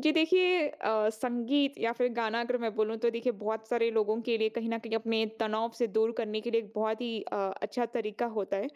जी देखिए संगीत या फिर गाना अगर मैं बोलूँ तो देखिए बहुत सारे लोगों के लिए कहीं न कहीं अपने तनाव से दूर करने के लिए एक बहुत ही अच्छा तरीका होता है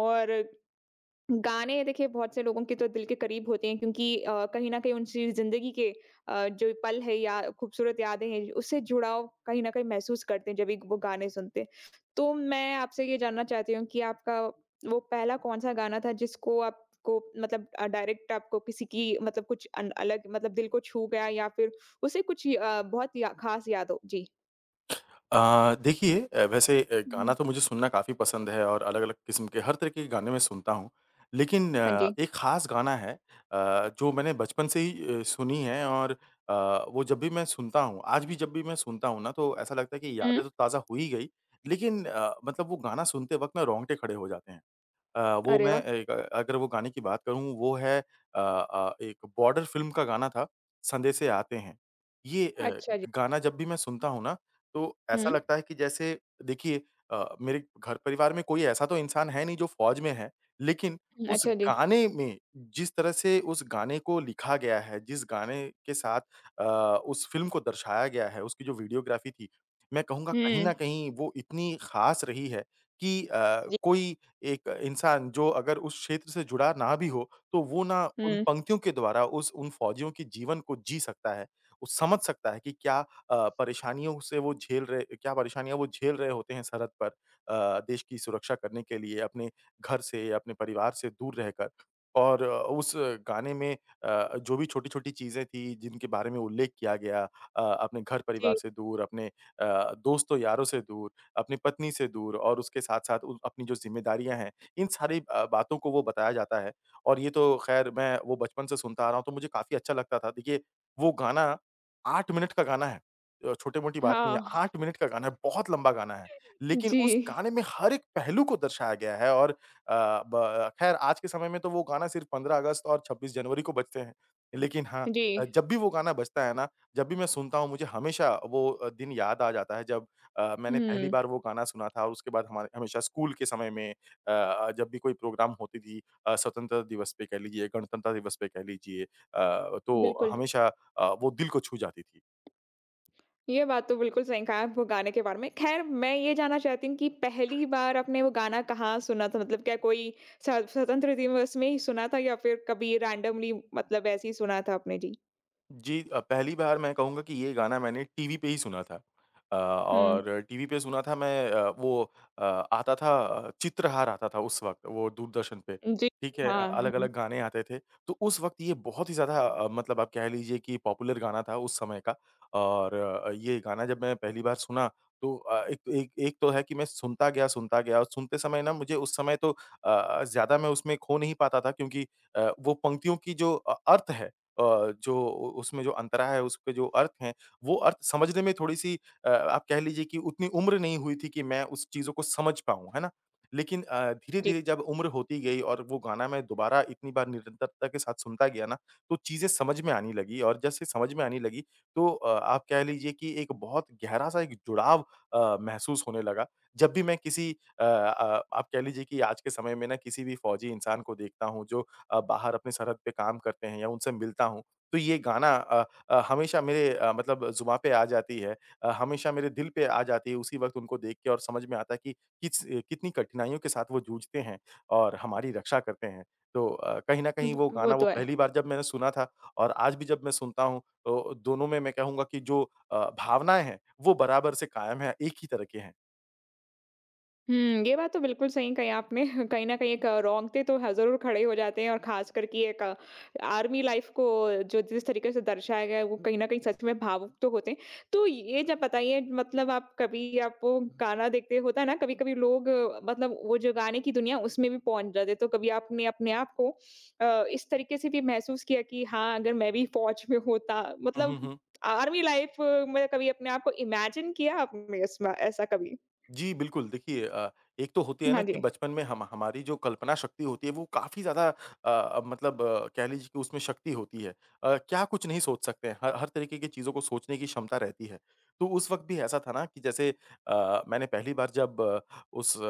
और गाने देखिए बहुत से लोगों के तो दिल के करीब होते हैं क्योंकि कहीं न कहीं उनकी ज़िंदगी के जो पल है या खूबसूरत यादें हैं, उससे जुड़ाव कहीं न कहीं महसूस करते हैं जब भी वो गाने सुनते हैं। तो मैं आपसे ये जानना चाहती हूँ कि आपका वो पहला कौन-सा गाना था जिसको आपको मतलब डायरेक्ट आपको किसी की मतलब कुछ अन अलग मतलब दिल को छू गया या फिर उसे कुछ बहुत या ख़ास याद हो? जी। देखिए वैसे गाना हुँ। तो मुझे सुनना काफ़ी पसंद है और अलग-अलग किस्म के हर तरीके के गाने मैं सुनता हूँ। लेकिन हाँ जी। एक ख़ास गाना है जो मैंने बचपन से ही सुनी है और वो जब भी मैं सुनता हूँ आज भी जब भी मैं सुनता हूँ ना तो ऐसा लगता है कि हुँ। यादें तो ताज़ा हो ही गई, लेकिन मतलब वो गाना सुनते वक़्त ना रोंगटे खड़े हो जाते हैं। वो अरे मैं वाह! अगर वो गाने की बात करूँ वो है एक बॉर्डर फ़िल्म का गाना था, संदेशे आते हैं। ये अच्छा जी। गाना जब भी मैं सुनता हूँ ना, तो ऐसा हुँ, लगता है कि जैसे देखिए मेरे घर परिवार में कोई ऐसा तो इंसान है नहीं जो फ़ौज में है, लेकिन उस अच्छा जी। गाने में जिस तरह से उस गाने को लिखा गया है, जिस गाने के साथ अ, उस फ़िल्म को दर्शाया गया है, उसकी जो वीडियोग्राफ़ी थी, मैं कहूँगा कहीं न हुँ। कहीं वो इतनी ख़ास रही है कि जी। कोई एक इंसान जो अगर उस क्षेत्र से जुड़ा ना भी हो, तो वो ना उन हुँ, पंक्तियों के द्वारा उस उन फ़ौजियों के जीवन को जी सकता है। वो समझ सकता है कि क्या परेशानियों से वो झेल रहे क्या परेशानियाँ वो झेल रहे होते हैं सरहद पर देश की सुरक्षा करने के लिए अपने घर से, अपने परिवार से दूर रहकर। और उस गाने में जो भी छोटी-छोटी चीज़ें थी जिनके बारे में उल्लेख किया गया अपने घर जी। परिवार से दूर, अपने दोस्तों यारों से दूर। अपनी पत्नी से दूर और उसके साथ-साथ उ अपनी जो ज़िम्मेदारियाँ हैं, इन सारी बातों को वो बताया जाता है और ये तो ख़ैर मैं वो बचपन से सुनता आ रहा हूँ, तो मुझे काफ़ी अच्छा लगता था। देखिए, वो गाना 8 मिनट का गाना है। छोटी-मोटी बात नहीं है, हाँ, 8 मिनट का गाना है, बहुत लंबा गाना है। लेकिन उस जी, गाने में हर एक पहलू को दर्शाया गया है और ब ख़ैर आज के समय में तो वो गाना सिर्फ़ 15 अगस्त और 26 जनवरी को बजते हैं। लेकिन हाँ, जी। जब भी वो गाना बजता है ना, जब भी मैं सुनता हूँ, मुझे हमेशा वो दिन याद आ जाता है जब मैंने पहली हुँ, बार वो गाना सुना था और उसके बाद हमारे हमेशा स्कूल के समय में जब भी कोई प्रोग्राम होती थी स्वतंत्रता दिवस पे कह लीजिए, गणतंत्र दिवस पे कह लीजिए तो बिल्कुल, हमेशा वो दिल को छू जाती थी। ये बात तो बिल्कुल सही कहा आप वो गाने के बारे में। ख़ैर मैं ये जानना चाहती हूँ कि पहली बार आपने वो गाना कहाँ सुना था? मतलब क्या कोई स्वतंत्र दिवस में ही सुना था या फिर कभी रैंडमली मतलब ऐसे ही सुना था आपने? जी। जी, पहली बार मैं कहूँगा कि ये गाना मैंने टीवी पे ही सुना था, हुँ, और टीवी पे सुना था मैं आता था चित्रहार आता था उस वक़्त वो दूरदर्शन पे, जी, ठीक है? हाँ, हुँ, अलग-अलग गाने आते थे, तो उस वक़्त ये बहुत ही ज़्यादा मतलब आप कह लीजिए कि पॉपुलर गाना था उस समय का और ये गाना जब मैं पहली बार सुना तो अ, एक एक एक तो है कि मैं सुनता गया और सुनते समय ना मुझे उस समय तो ज़्यादा मैं उसमें खो नहीं पाता था क्योंकि वो पंक्तियों की जो अर्थ है जो उ उसमें जो अंतरा है, उसके जो अर्थ हैं, वो अर्थ समझने में थोड़ी-सी आप कह लीजिए कि उतनी उम्र नहीं हुई थी कि मैं उस चीज़ों को समझ पाऊँ, है ना? लेकिन जी, धीरे-धीरे जब उम्र होती गई और वो गाना मैं दोबारा इतनी बार निरंतरता के साथ सुनता गया ना, तो चीज़ें समझ में आनी लगी और जैसे समझ में आने लगी, तो आप कह लीजिए कि एक बहुत गहरा-सा एक जुड़ाव महसूस होने लगा। जब भी मैं किसी आप कह लीजिए कि आज के समय में ना किसी भी फ़ौजी इंसान को देखता हूँ जो बाहर अपनी सरहद पे काम करते हैं या उनसे मिलता हूँ, तो ये गाना हमेशा मेरे मतलब ज़ुबाँ पे आ जाती है। हमेशा मेरे दिल पे आ जाती है उसी वक़्त उनको देख के और समझ में आता है कि किस कितनी कठिनाइयों के साथ वो जूझते हैं और हमारी रक्षा करते हैं। तो कहीं न कहीं वो वो गाना वो तो है। पहली बार जब मैंने सुना था और आज भी जब मैं सुनता हूँ तो दोनों में मैं कहूँगा कि जो भावनाएँ हैं, वो बराबर से कायम है, एक ही तरह के हैं। हुँ, ये बात तो बिल्कुल सही कही आपने। कहीं न कहीं एक रोंगटे तो ह ज़रूर खड़े हो जाते हैं और ख़ासकर कि एक आर्मी लाइफ़ को जो जिस तरीके से दर्शाया गया है, वो कहीं न कहीं सच में भावुक तो होते हैं। तो ये जब बताइए मतलब आप कभी आपको गाना देखते होता है ना, कभी-कभी लोग मतलब वो जो गाने की दुनिया उसमें भी पहुँच जाते हैं। तो कभी आपने अपने आप को इस तरीके से भी महसूस किया कि हाँ, अगर मैं भी फ़ौज में होता हम्म मतलब हम्म, आर्मी लाइफ़ में कभी अपने आप को इमेजिन किया आपने इसमें ऐसा कभी? जी, बिल्कुल। देखिए एक तो होती है ना हाँ कि जी। बचपन में हम हमारी जो कल्पना शक्ति होती है वो काफ़ी ज़्यादा मतलब कह लीजिए कि उसमें शक्ति होती है। क्या कुछ नहीं सोच सकते हैं, हर हर तरीके की चीज़ों को सोचने की क्षमता रहती है। तो उस वक़्त भी ऐसा था ना कि जैसे मैंने पहली बार जब उस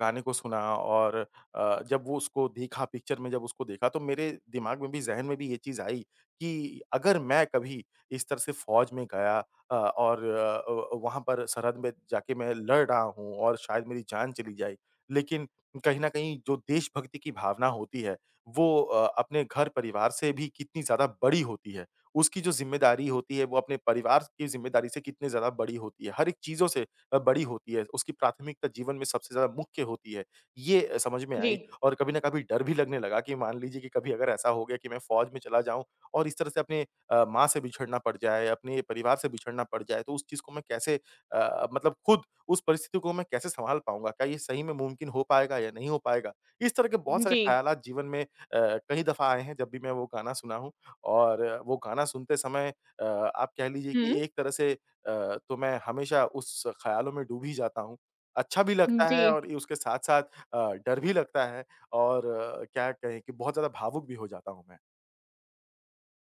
गाने को सुना और जब वो उसको देखा पिक्चर में जब उसको देखा तो मेरे दिमाग में भी ज़हन में भी ये चीज़ आई कि अगर मैं कभी इस तरह से फ़ौज में गया और वहाँ पर सरहद में जाके मैं लड़ रहा हूँ और शायद मेरी जान चली जाए। लेकिन कहीं न कहीं जो देशभक्ति की भावना होती है, वो अपने घर-परिवार से भी कितनी ज़्यादा बड़ी होती है। उसकी जो ज़िम्मेदारी होती है, वो अपने परिवार की ज़िम्मेदारी से कितनी ज़्यादा बड़ी होती है। हर एक चीज़ों से बड़ी होती है। उसकी प्राथमिकता जीवन में सबसे ज़्यादा मुख्य होती है। ये समझ में जी। आई और कभी न कभी डर भी लगने लगा कि मान लीजिए कि कभी अगर ऐसा हो गया कि मैं फ़ौज में चला जाऊँ और इस तरह से अपने माँ से भी छड़ना पड़ जाए, अपने परिवार से बिछड़ना पड़ जाए, तो उस चीज़ को मैं कैसे मतलब खुद उस परिस्थिति को मैं कैसे सँभाल पाऊँगा? क्या ये सही में मुमकिन हो पाएगा या नहीं हो पाएगा? इस तरह के बहुत सारे जी। ख़्यालात जीवन में कई दफ़ा आए हैं जब भी मैं वो गाना सुना हूँ और वो गाना सुनते समय आप कह लीजिए कि हुँ, एक तरह से तो मैं हमेशा उस ख़्यालों में डूब ही जाता हूँ। अच्छा भी लगता जी। है और ये उसके साथ-साथ डर भी लगता है और क्या कहें कि बहुत ज़्यादा भावुक भी हो जाता हूँ मैं।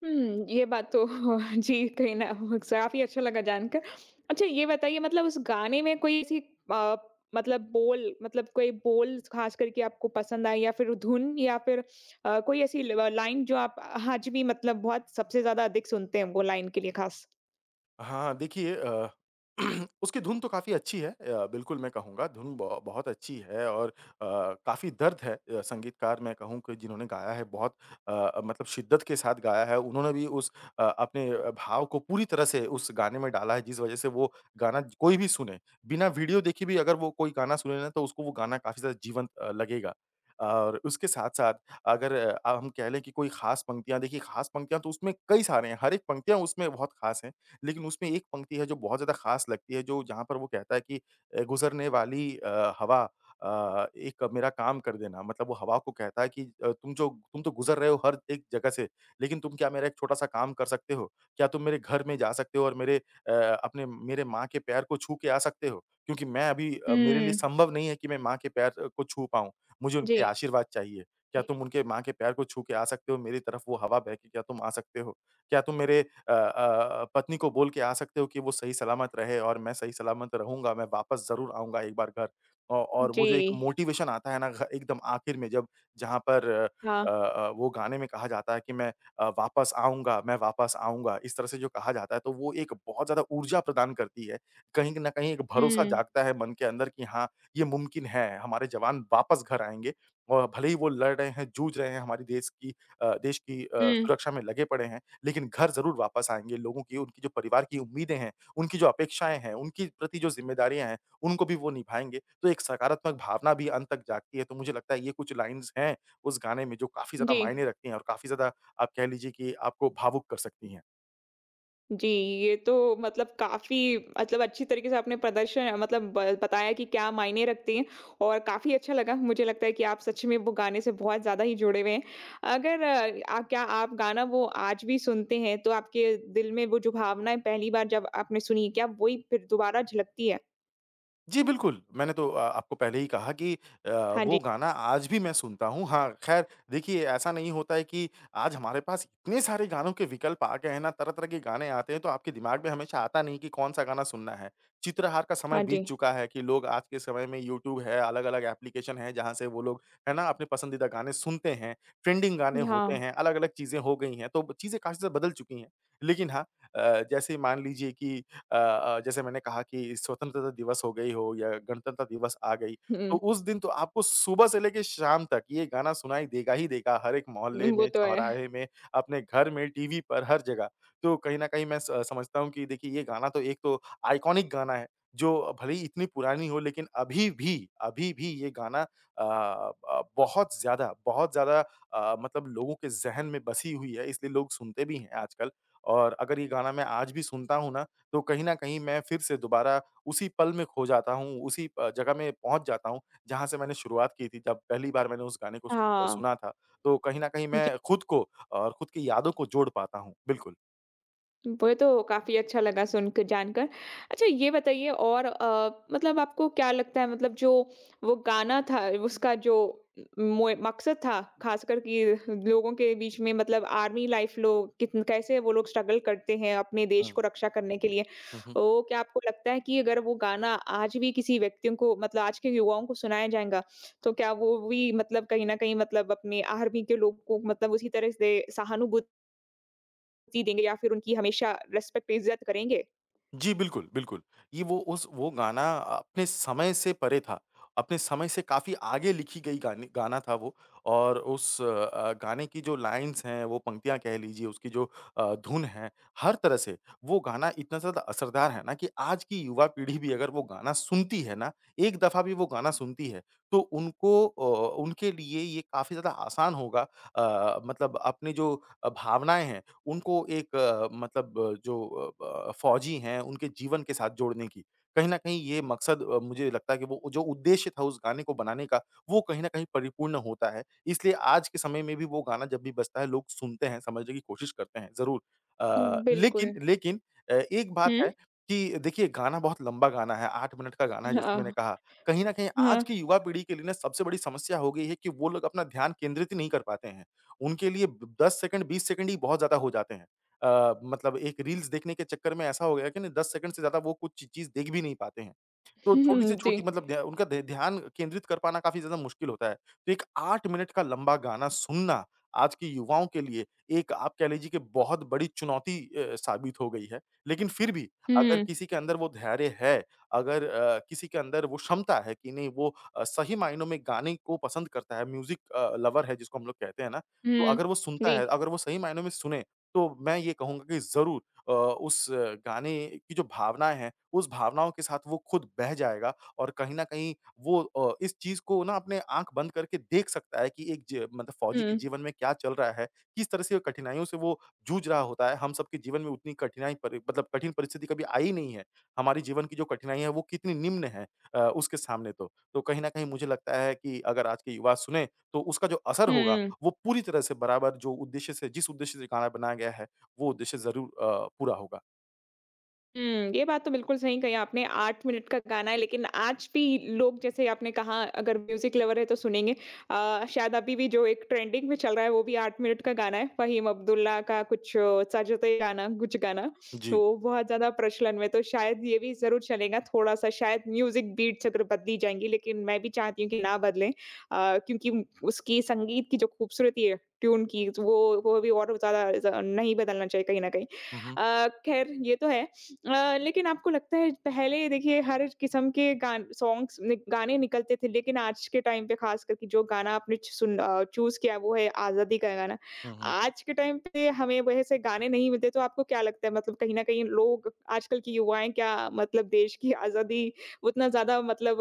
हुँ, ये बात तो जी, कहीं न काफ़ी अच्छा लगा जानकर। अच्छा ये बताइए मतलब उस गाने में कोई ऐसी अ, मतलब बोल मतलब कोई बोल ख़ास करके आपको पसंद आई या फिर धुन या फिर कोई ऐसी ल लाइन जो आप आज भी मतलब बहुत सबसे ज़्यादा अधिक सुनते हैं वो लाइन के लिए ख़ास? हाँ, देखिए उसकी धुन तो काफ़ी अच्छी है, बिल्कुल मैं कहूँगा धुन ब बहुत अच्छी है और काफ़ी दर्द है संगीतकार मैं कहूँ कि जिन्होंने गाया है बहुत मतलब शिद्दत के साथ गाया है, उन्होंने भी उस अपने भाव को पूरी तरह से उस गाने में डाला है जिस वज़ह से वो गाना ज- कोई भी सुने, बिना वीडियो देखे भी अगर वो कोई गाना सुने ना तो उसको वो गाना काफ़ी ज़्यादा जीवंत लगेगा। और उसके साथ-साथ अगर हम कह लें कि कोई ख़ास पंक्तियाँ देखिए ख़ास पंक्तियाँ तो उसमें कई सारे हैं, हर एक पंक्तियाँ उसमें बहुत ख़ास हैं। लेकिन उसमें एक पंक्ति है जो बहुत ज़्यादा ख़ास लगती है, जो जहाँ पर वो कहता है कि "गुज़रने वाली हवा एक मेरा काम कर देना।" मतलब वो हवा को कहता है कि "तुम तो गुज़र रहे हो हर एक जगह से, लेकिन तुम क्या मेरा एक छोटा-सा काम कर सकते हो? क्या तुम मेरे घर में जा सकते हो और मेरे अपने मेरे माँ के पैर को छू के आ सकते हो? क्योंकि मैं अभी मेरे लिए हुँ, संभव नहीं है कि मैं माँ के पैर को छू पाऊँ। मुझे जी। उनके आशीर्वाद चाहिए। क्या तुम उनके माँ के पैर को छू के आ सकते हो? मेरी तरफ वो हवा बह के क्या तुम आ सकते हो? क्या तुम मेरे पत्नी को बोल के आ सकते हो कि वो सही सलामत रहे और मैं सही सलामत रहूँगा, मैं वापस ज़रूर आऊँगा एक बार घर। औ और वो जी। जो एक मोटिवेशन आता है ना घ एकदम आखिर में जब जहाँ पर हाँ। वो गाने में कहा जाता है कि मैं वापस आऊँगा, मैं वापस आऊँगा, इस तरह से जो कहा जाता है, तो वो एक बहुत ज़्यादा ऊर्जा प्रदान करती है। कहीं न कहीं एक भरोसा हुँ, जागता है मन के अंदर कि हाँ, ये मुमकिन है, हमारे जवान वापस घर आएँगे और भले ही वो लड़ रहे हैं, जूझ रहे हैं हमारे देश की हुँ, सुरक्षा में लगे पड़े हैं, लेकिन घर ज़रूर वापस आएँगे, लोगों की उनकी जो परिवार की उम्मीदें हैं, उनकी जो अपेक्षाएँ हैं, उनके प्रति जो ज़िम्मेदारियाँ हैं, उनको भी वो निभाएँगे। तो एक सकारात्मक भावना भी अंत तक जागती है, तो मुझे लगता है ये कुछ लाइन्स हैं उस गाने में जो काफ़ी ज़्यादा जी। मायने रखती हैं और काफ़ी ज़्यादा आप कह लीजिए कि आपको भावुक कर सकती हैं। जी, ये तो मतलब काफ़ी मतलब अच्छी तरीके से आपने प्रदर्शन मतलब ब बताया कि क्या मायने रखती हैं और काफ़ी अच्छा लगा। मुझे लगता है कि आप सच में वो गाने से बहुत ज़्यादा ही जुड़े हुए हैं। अगर आ, क्या आप गाना वो आज भी सुनते हैं, तो आपके दिल में वो जो भावनाएँ पहली बार जब आपने सुनी, क्या वही फिर दोबारा झलकती है? जी, बिल्कुल। मैंने तो आपको पहले ही कहा कि अ, हाँ वो जी, गाना आज भी मैं सुनता हूँ। हाँ, ख़ैर देखिए ऐसा नहीं होता है कि आज हमारे पास इतने सारे गानों के विकल्प आ गए हैं ना, तरह-तरह के गाने आते हैं तो आपके दिमाग में हमेशा आता नहीं कि कौन-सा गाना सुनना है। चित्रहार का समय हाँ बीत जी। चुका है कि लोग आज के समय में यूट्यूब है, अलग-अलग एप्लीकेशन है जहाँ से वो लोग है ना, अपने पसंदीदा गाने सुनते हैं, ट्रेंडिंग गाने होते हाँ, हैं, अलग-अलग चीज़ें हो गई हैं, तो चीज़ें काफ़ी ज़्यादा बदल चुकी हैं। लेकिन हाँ, अ, जैसे मान लीजिए कि जैसे मैंने कहा कि स्वतंत्रता दिवस हो गई हो या गणतंत्र दिवस आ गई, तो हुँ। उस दिन तो आपको सुबह से लेके शाम तक ये गाना सुनाई देगा ही देगा, हर एक मोहल्ले वो में, तो है। चौराहे में, अपने घर में, टीवी पर, हर जगह। तो कहीं न कहीं मैं स समझता हूँ कि देखिए, ये गाना तो एक तो आइकॉनिक गाना है, जो भले ही इतनी पुरानी हो लेकिन अभी भी ये गाना बहुत ज़्यादा मतलब लोगों के ज़हन में बसी हुई है, इसलिए लोग सुनते भी हैं आजकल। और अगर ये गाना मैं आज भी सुनता हूँ ना तो कहीं न कहीं मैं फिर से दोबारा उसी पल में खो जाता हूँ, उसी प जगह में पहुँच जाता हूँ, जहाँ से मैंने शुरुआत की थी, जब पहली बार मैंने उस गाने को सु हाँ। सुना था। तो कहीं न कहीं मैं खुद को और खुद की यादों को जोड़ पाता हूँ। बिल्कुल। वो तो काफ़ी अच्छा लगा सुनकर जानकर। अच्छा ये बताइए और मतलब आपको क्या लगता है मतलब जो वो गाना था उसका जो मोए मकसद था ख़ासकर कि लोगों के बीच में मतलब आर्मी लाइफ़ लोग कितन कैसे वो लोग स्ट्रगल करते हैं अपने देश हुँ। को रक्षा करने के लिए। हुँ, हुँ। तो क्या आपको लगता है कि अगर वो गाना आज भी किसी व्यक्तियों को मतलब आज के युवाओं को सुनाया जाएगा, तो क्या वो भी मतलब कहीं न कहीं मतलब अपने आर्मी के लोग को मतलब उसी तरह से सहानुभूति जी देंगे या फिर उनकी हमेशा रिस्पेक्ट इज़्ज़त करेंगे? जी, बिल्कुल, बिल्कुल। ये वो उस वो गाना अपने समय से परे था। अपने समय से काफ़ी आगे लिखी गई गाने गाना था वो और उस गाने की जो लाइन्स हैं, वो पंक्तियाँ कह लीजिए, उसकी जो धुन है, हर तरह से वो गाना इतना ज़्यादा असरदार है ना कि आज की युवा पीढ़ी भी अगर वो गाना सुनती है ना, एक दफ़ा भी वो गाना सुनती है, तो उनको उनके लिए ये काफ़ी ज़्यादा आसान होगा मतलब अपनी जो भावनाएँ हैं उनको एक जो फ़ौजी हैं, उनके जीवन के साथ जोड़ने की। कहीं न कहीं ये मकसद मुझे लगता है कि वो जो उद्देश्य था उस गाने को बनाने का, वो कहीं न कहीं परिपूर्ण होता है। इसलिए आज के समय में भी वो गाना जब भी बजता है, लोग सुनते हैं, समझने की कोशिश करते हैं, ज़रूर। अ, हुँ, लेकिन बिल्कुल। लेकिन अ, एक बात हुँ। है कि देखिए गाना बहुत लंबा गाना है, 8 मिनट का गाना है जैसे मैंने हाँ, कहा। कहीं न कहीं आज हाँ। की युवा पीढ़ी के लिए ना सबसे बड़ी समस्या हो गई है कि वो लोग अपना ध्यान केंद्रित ही नहीं कर पाते हैं। उनके लिए ब 10 सेकंड 20 सेकंड ही बहुत ज़्यादा हो जाते हैं। मतलब एक रील्स देखने के चक्कर में ऐसा हो गया कि ना 10 सेकंड से ज़्यादा वो कुछ ची चीज़ देख भी नहीं पाते हैं। तो छोटी से जी। छोटी मतलब ध्या उनका ध ध्यान केंद्रित कर पाना काफ़ी ज़्यादा मुश्किल होता है। तो एक 8 मिनट का लंबा गाना सुनना आज के युवाओं के लिए एक आप कह लीजिए कि बहुत बड़ी चुनौती साबित हो गई है। लेकिन फिर भी अगर हुँ, किसी के अंदर वो धैर्य है, अगर किसी के अंदर वो क्षमता है कि नहीं वो सही मायनों में गाने को पसंद करता है, म्यूज़िक लवर है जिसको हम लोग कहते हैं ना, तो हुँ। अगर वो सुनता जी। है, अगर वो सही मायनों में सुने, तो मैं ये कहूँगा कि ज़रूर उस गाने की जो भावनाएँ हैं, उस भावनाओं के साथ वो खुद बह जाएगा और कहीं न कहीं वो इस चीज़ को ना अपने आँख बंद करके देख सकता है कि एक ज मतलब फ़ौजी के हुँ, जीवन में क्या चल रहा है, किस तरह से कठिनाइयों से वो जूझ रहा होता है। हम सबके जीवन में उतनी कठिनाई परि मतलब कठिन परिस्थिति कभी आई नहीं है। हमारे जीवन की जो कठिनाई है, वो कितनी निम्न है उसके सामने तो। तो कहीं न कहीं मुझे लगता है कि अगर आज के युवा सुने, तो उसका जो असर होगा हुँ। वो पूरी तरह से बराबर जो उद्देश्य से जिस उद्देश्य से गाना बनाया गया है, वो उद्देश्य ज़रूर पूरा होगा। हुँ, ये बात तो बिल्कुल सही कही आपने 8 मिनट का गाना है लेकिन आज भी लोग जैसे आपने कहा अगर म्यूज़िक लवर है तो सुनेंगे। शायद अभी भी जो एक ट्रेंडिंग में चल रहा है वो भी 8 मिनट का गाना है। फ़हीम अब्दुल्ला का कुछ सजते गाना कुछ गाना, जी। वो बहुत ज़्यादा प्रचलन में तो शायद ये भी ज़रूर चलेगा थोड़ा-सा शायद म्यूज़िक बीट्स अगर बदली जाएँगी लेकिन मैं भी चाहती हूँ कि ना बदलें। क्योंकि उसकी संगीत की जो खूबसूरती है ट्यून की वो भी और ज़्यादा ज़ नहीं बदलना चाहिए कहीं न कहीं। हुँ, हुँ। ख़ैर ये तो है। लेकिन आपको लगता है पहले देखिए हर किस्म के गान सॉन्ग्स नि गाने निकलते थे लेकिन आज के टाइम पे ख़ास करके जो गाना आपने च सुन चूज़ किया वो है आज़ादी का गाना। हुँ, हुँ। आज के टाइम पे हमें वैसे गाने नहीं मिलते तो आपको क्या लगता है मतलब कहीं न कहीं लोग आजकल की युवाएँ क्या मतलब देश की आज़ादी उतना ज़्यादा मतलब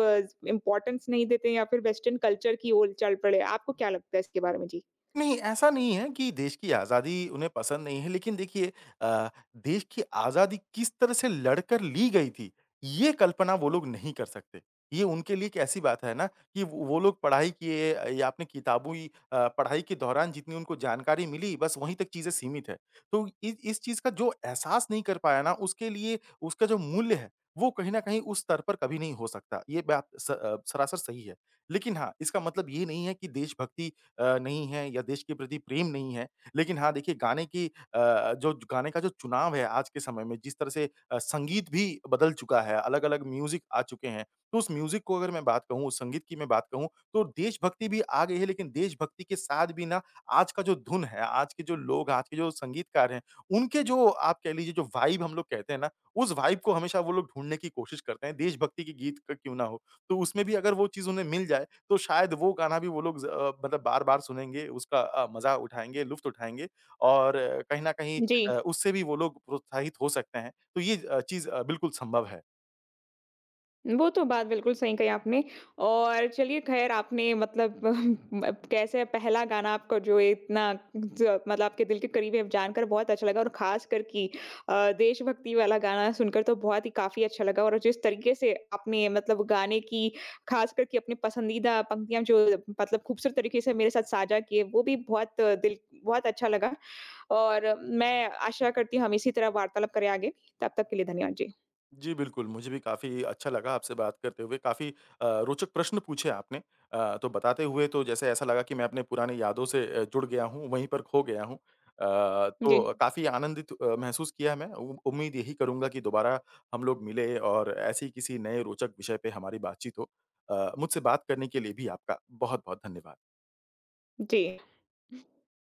इम्पोर्टेंस नहीं देते या फिर वेस्टर्न कल्चर की ओर चल पड़े। आपको क्या लगता है इसके बारे में? जी। नहीं, ऐसा नहीं है कि देश की आज़ादी उन्हें पसंद नहीं है, लेकिन देखिए अ, देश की आज़ादी किस तरह से लड़कर ली गई थी, ये कल्पना वो लोग नहीं कर सकते। ये उनके लिए एक ऐसी बात है ना कि वो लोग पढ़ाई किए या अपनी किताबी पढ़ाई के दौरान जितनी उनको जानकारी मिली, बस वहीं तक चीज़ें सीमित है। तो इ इस चीज़ का जो एहसास नहीं कर पाया ना, उसके लिए उसका जो मूल्य है, वो कहीं न कहीं उस स्तर पर कभी नहीं हो सकता। ये बात सरासर सही है। लेकिन हाँ, इसका मतलब ये नहीं है कि देशभक्ति नहीं है या देश के प्रति प्रेम नहीं है। लेकिन हाँ, देखिए जो गाने का जो चुनाव है आज के समय में जिस तरह से संगीत भी बदल चुका है, अलग-अलग म्यूज़िक आ चुके हैं। तो उस म्यूज़िक को अगर मैं बात कहूँ, उस संगीत की मैं बात कहूँ तो देशभक्ति भी आ गई है लेकिन देशभक्ति के साथ भी ना आज का जो धुन है, आज के जो लोग, आज के जो संगीतकार हैं, उनके जो आप कह लीजिए जो वाइब हम लोग कहते हैं ना, उस वाइब को हमेशा वो लोग ढूँढने की कोशिश करते हैं, देशभक्ति के गीत क क्यों ना हो। तो उसमें भी अगर वो चीज़ उन्हें मिल जाए तो शायद वो गाना भी वो लोग मतलब बार-बार सुनेंगे, उसका मज़ा उठाएँगे, लुफ़्त उठाएँगे और कहीं न कहीं जी। उससे भी वो लोग प्रोत्साहित हो सकते हैं। तो ये चीज़ बिल्कुल संभव है। वो तो बात बिल्कुल सही कही आपने और चलिए ख़ैर आपने मतलब कैसे पहला गाना आपको जो इतना ज मतलब आपके दिल के करीब है जानकर बहुत अच्छा लगा और ख़ासकर कि देशभक्ति वाला गाना सुनकर तो बहुत ही काफ़ी अच्छा लगा और जिस तरीके से आपने मतलब गाने की ख़ासकर कि अपनी पसंदीदा पंक्तियाँ जो मतलब खूबसूरत तरीके से मेरे साथ साझा किए वो भी बहुत दिल बहुत अच्छा लगा। और मैं आशा करती हूँ हम इसी तरह वार्तालाप करें आगे। तब तक के लिए धन्यवाद जी। जी, बिल्कुल, मुझे भी काफ़ी अच्छा लगा आपसे बात करते हुए, काफ़ी रोचक प्रश्न पूछे आपने। तो बताते हुए तो जैसे ऐसा लगा कि मैं अपने पुरानी यादों से जुड़ गया हूँ, वहीं पर खो गया हूँ। जी, तो काफ़ी आनंदित महसूस किया मैं, उ उम्मीद यही करूँगा कि दोबारा हम लोग मिलें और ऐसे ही किसी नए रोचक विषय पे हमारी बातचीत हो। मुझसे बात करने के लिए भी आपका बहुत-बहुत धन्यवाद। जी।